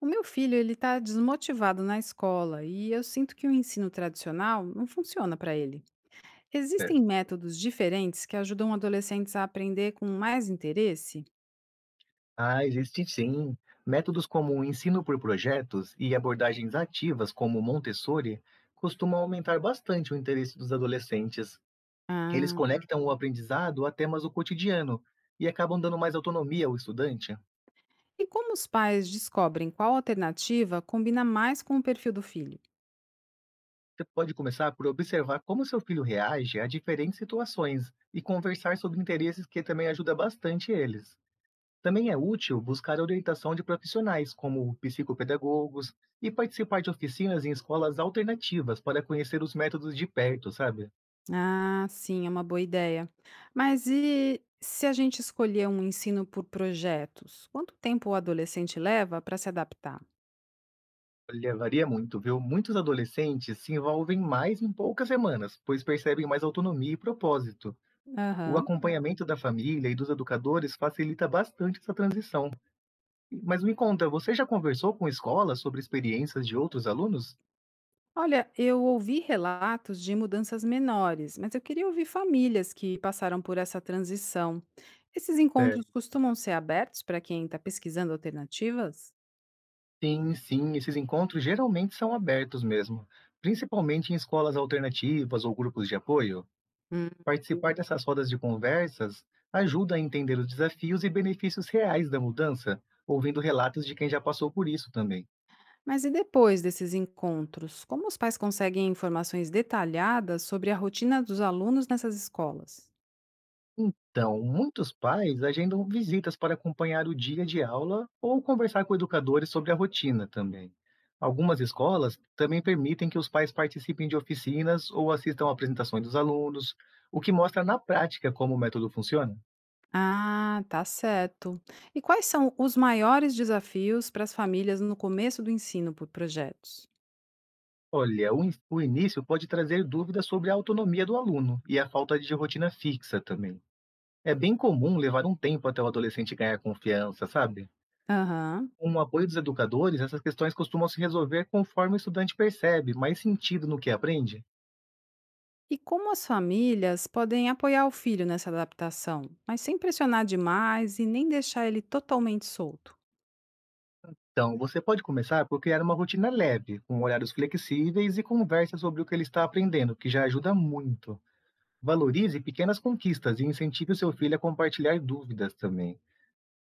O meu filho, ele está desmotivado na escola e eu sinto que o ensino tradicional não funciona para ele. Existem Certo. métodos diferentes que ajudam adolescentes a aprender com mais interesse? Existe sim. Métodos como o ensino por projetos e abordagens ativas, como o Montessori, costumam aumentar bastante o interesse dos adolescentes. Eles Ah. conectam o aprendizado a temas do cotidiano e acabam dando mais autonomia ao estudante. E como os pais descobrem qual alternativa combina mais com o perfil do filho? Você pode começar por observar como seu filho reage a diferentes situações e conversar sobre interesses que também ajuda bastante eles. Também é útil buscar orientação de profissionais, como psicopedagogos, e participar de oficinas em escolas alternativas para conhecer os métodos de perto, sabe? Ah, sim, é uma boa ideia. Mas e se a gente escolher um ensino por projetos? Quanto tempo o adolescente leva para se adaptar? Olha, varia muito, viu? Muitos adolescentes se envolvem mais em poucas semanas, pois percebem mais autonomia e propósito. O Aham. acompanhamento da família e dos educadores facilita bastante essa transição. Mas me conta, você já conversou com escolas sobre experiências de outros alunos? Olha, eu ouvi relatos de mudanças menores, mas eu queria ouvir famílias que passaram por essa transição. Esses encontros É, costumam ser abertos para quem está pesquisando alternativas? sim, sim, esses encontros geralmente são abertos mesmo, principalmente em escolas alternativas ou grupos de apoio. Hum. Participar dessas rodas de conversas ajuda a entender os desafios e benefícios reais da mudança, ouvindo relatos de quem já passou por isso também. Mas e depois desses encontros, como os pais conseguem informações detalhadas sobre a rotina dos alunos nessas escolas? Então, muitos pais agendam visitas para acompanhar o dia de aula ou conversar com educadores sobre a rotina também. Algumas escolas também permitem que os pais participem de oficinas ou assistam a apresentações dos alunos, o que mostra na prática como o método funciona. Ah, tá certo. E quais são os maiores desafios para as famílias no começo do ensino por projetos? Olha, o início pode trazer dúvidas sobre a autonomia do aluno e a falta de rotina fixa também. É bem comum levar um tempo até o adolescente ganhar confiança, sabe? Aham. Com o apoio dos educadores, essas questões costumam se resolver conforme o estudante percebe mais sentido no que aprende. E como as famílias podem apoiar o filho nessa adaptação, mas sem pressionar demais e nem deixar ele totalmente solto? Então, você pode começar por criar uma rotina leve, com horários flexíveis e conversa sobre o que ele está aprendendo, que já ajuda muito. Valorize pequenas conquistas e incentive o seu filho a compartilhar dúvidas também.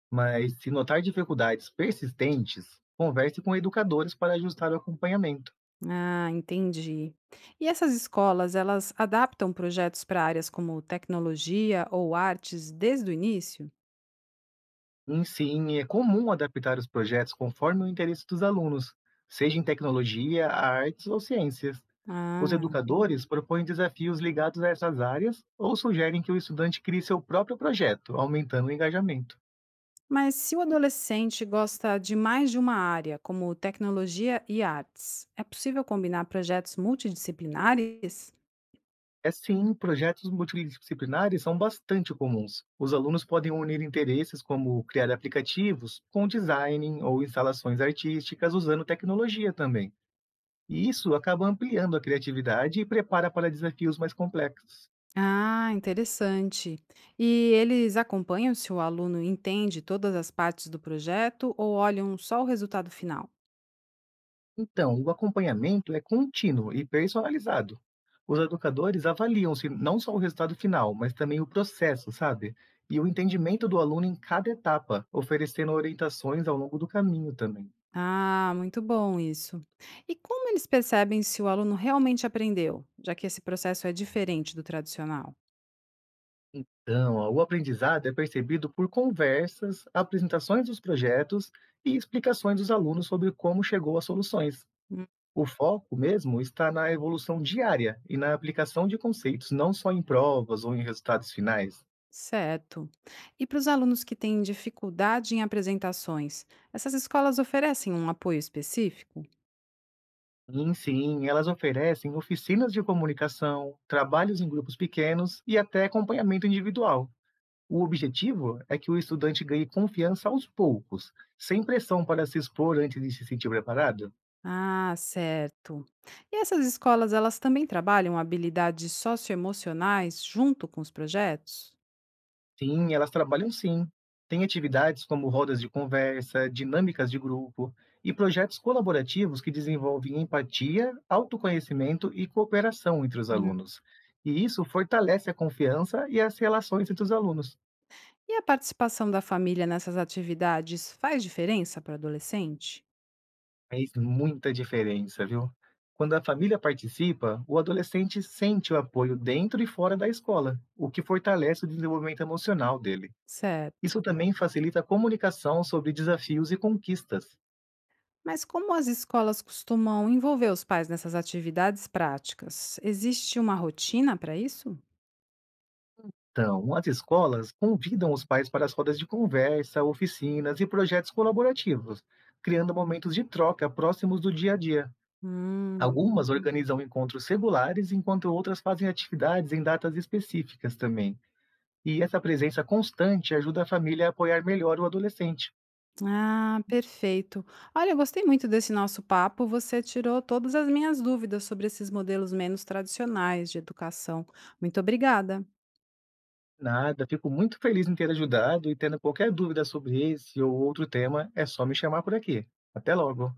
Mas, se notar dificuldades persistentes, converse com educadores para ajustar o acompanhamento. Ah, entendi. E essas escolas, elas adaptam projetos para áreas como tecnologia ou artes desde o início? Sim, sim, é comum adaptar os projetos conforme o interesse dos alunos, seja em tecnologia, artes ou ciências. Os Ah, educadores propõem desafios ligados a essas áreas ou sugerem que o estudante crie seu próprio projeto, aumentando o engajamento. mas se o adolescente gosta de mais de uma área, como tecnologia e artes, é possível combinar projetos multidisciplinares? É sim, projetos multidisciplinares são bastante comuns. Os alunos podem unir interesses como criar aplicativos com design ou instalações artísticas usando tecnologia também. E isso acaba ampliando a criatividade e prepara para desafios mais complexos. Ah, interessante. E eles acompanham se o aluno entende todas as partes do projeto ou olham só o resultado final? Então, o acompanhamento é contínuo e personalizado. Os educadores avaliam se não só o resultado final, mas também o processo, sabe? E o entendimento do aluno em cada etapa, oferecendo orientações ao longo do caminho também. Ah, muito bom isso. E como eles percebem se o aluno realmente aprendeu, já que esse processo é diferente do tradicional? Então, ó, o aprendizado é percebido por conversas, apresentações dos projetos e explicações dos alunos sobre como chegou às soluções. Hum, O foco mesmo está na evolução diária e na aplicação de conceitos, não só em provas ou em resultados finais. certo. E para os alunos que têm dificuldade em apresentações, essas escolas oferecem um apoio específico? Sim, sim, elas oferecem oficinas de comunicação, trabalhos em grupos pequenos e até acompanhamento individual. O objetivo é que o estudante ganhe confiança aos poucos, sem pressão para se expor antes de se sentir preparado. Ah, certo. E essas escolas, elas também trabalham habilidades socioemocionais junto com os projetos? Sim, elas trabalham sim. Tem atividades como rodas de conversa, dinâmicas de grupo e projetos colaborativos que desenvolvem empatia, autoconhecimento e cooperação entre os Hum. alunos. E isso fortalece a confiança e as relações entre os alunos. E a participação da família nessas atividades faz diferença para adolescente? Faz muita diferença, viu? Quando a família participa, o adolescente sente o apoio dentro e fora da escola, o que fortalece o desenvolvimento emocional dele. Certo. Isso também facilita a comunicação sobre desafios e conquistas. Mas como as escolas costumam envolver os pais nessas atividades práticas? Existe uma rotina para isso? Então, as escolas convidam os pais para as rodas de conversa, oficinas e projetos colaborativos, criando momentos de troca próximos do dia a dia. Hum. Algumas organizam encontros regulares, enquanto outras fazem atividades em datas específicas também. E essa presença constante ajuda a família a apoiar melhor o adolescente. Ah, perfeito. Olha, eu gostei muito desse nosso papo. Você tirou todas as minhas dúvidas sobre esses modelos menos tradicionais de educação. Muito obrigada. Nada, fico muito feliz em ter ajudado e tendo qualquer dúvida sobre esse ou outro tema, é só me chamar por aqui. Até logo!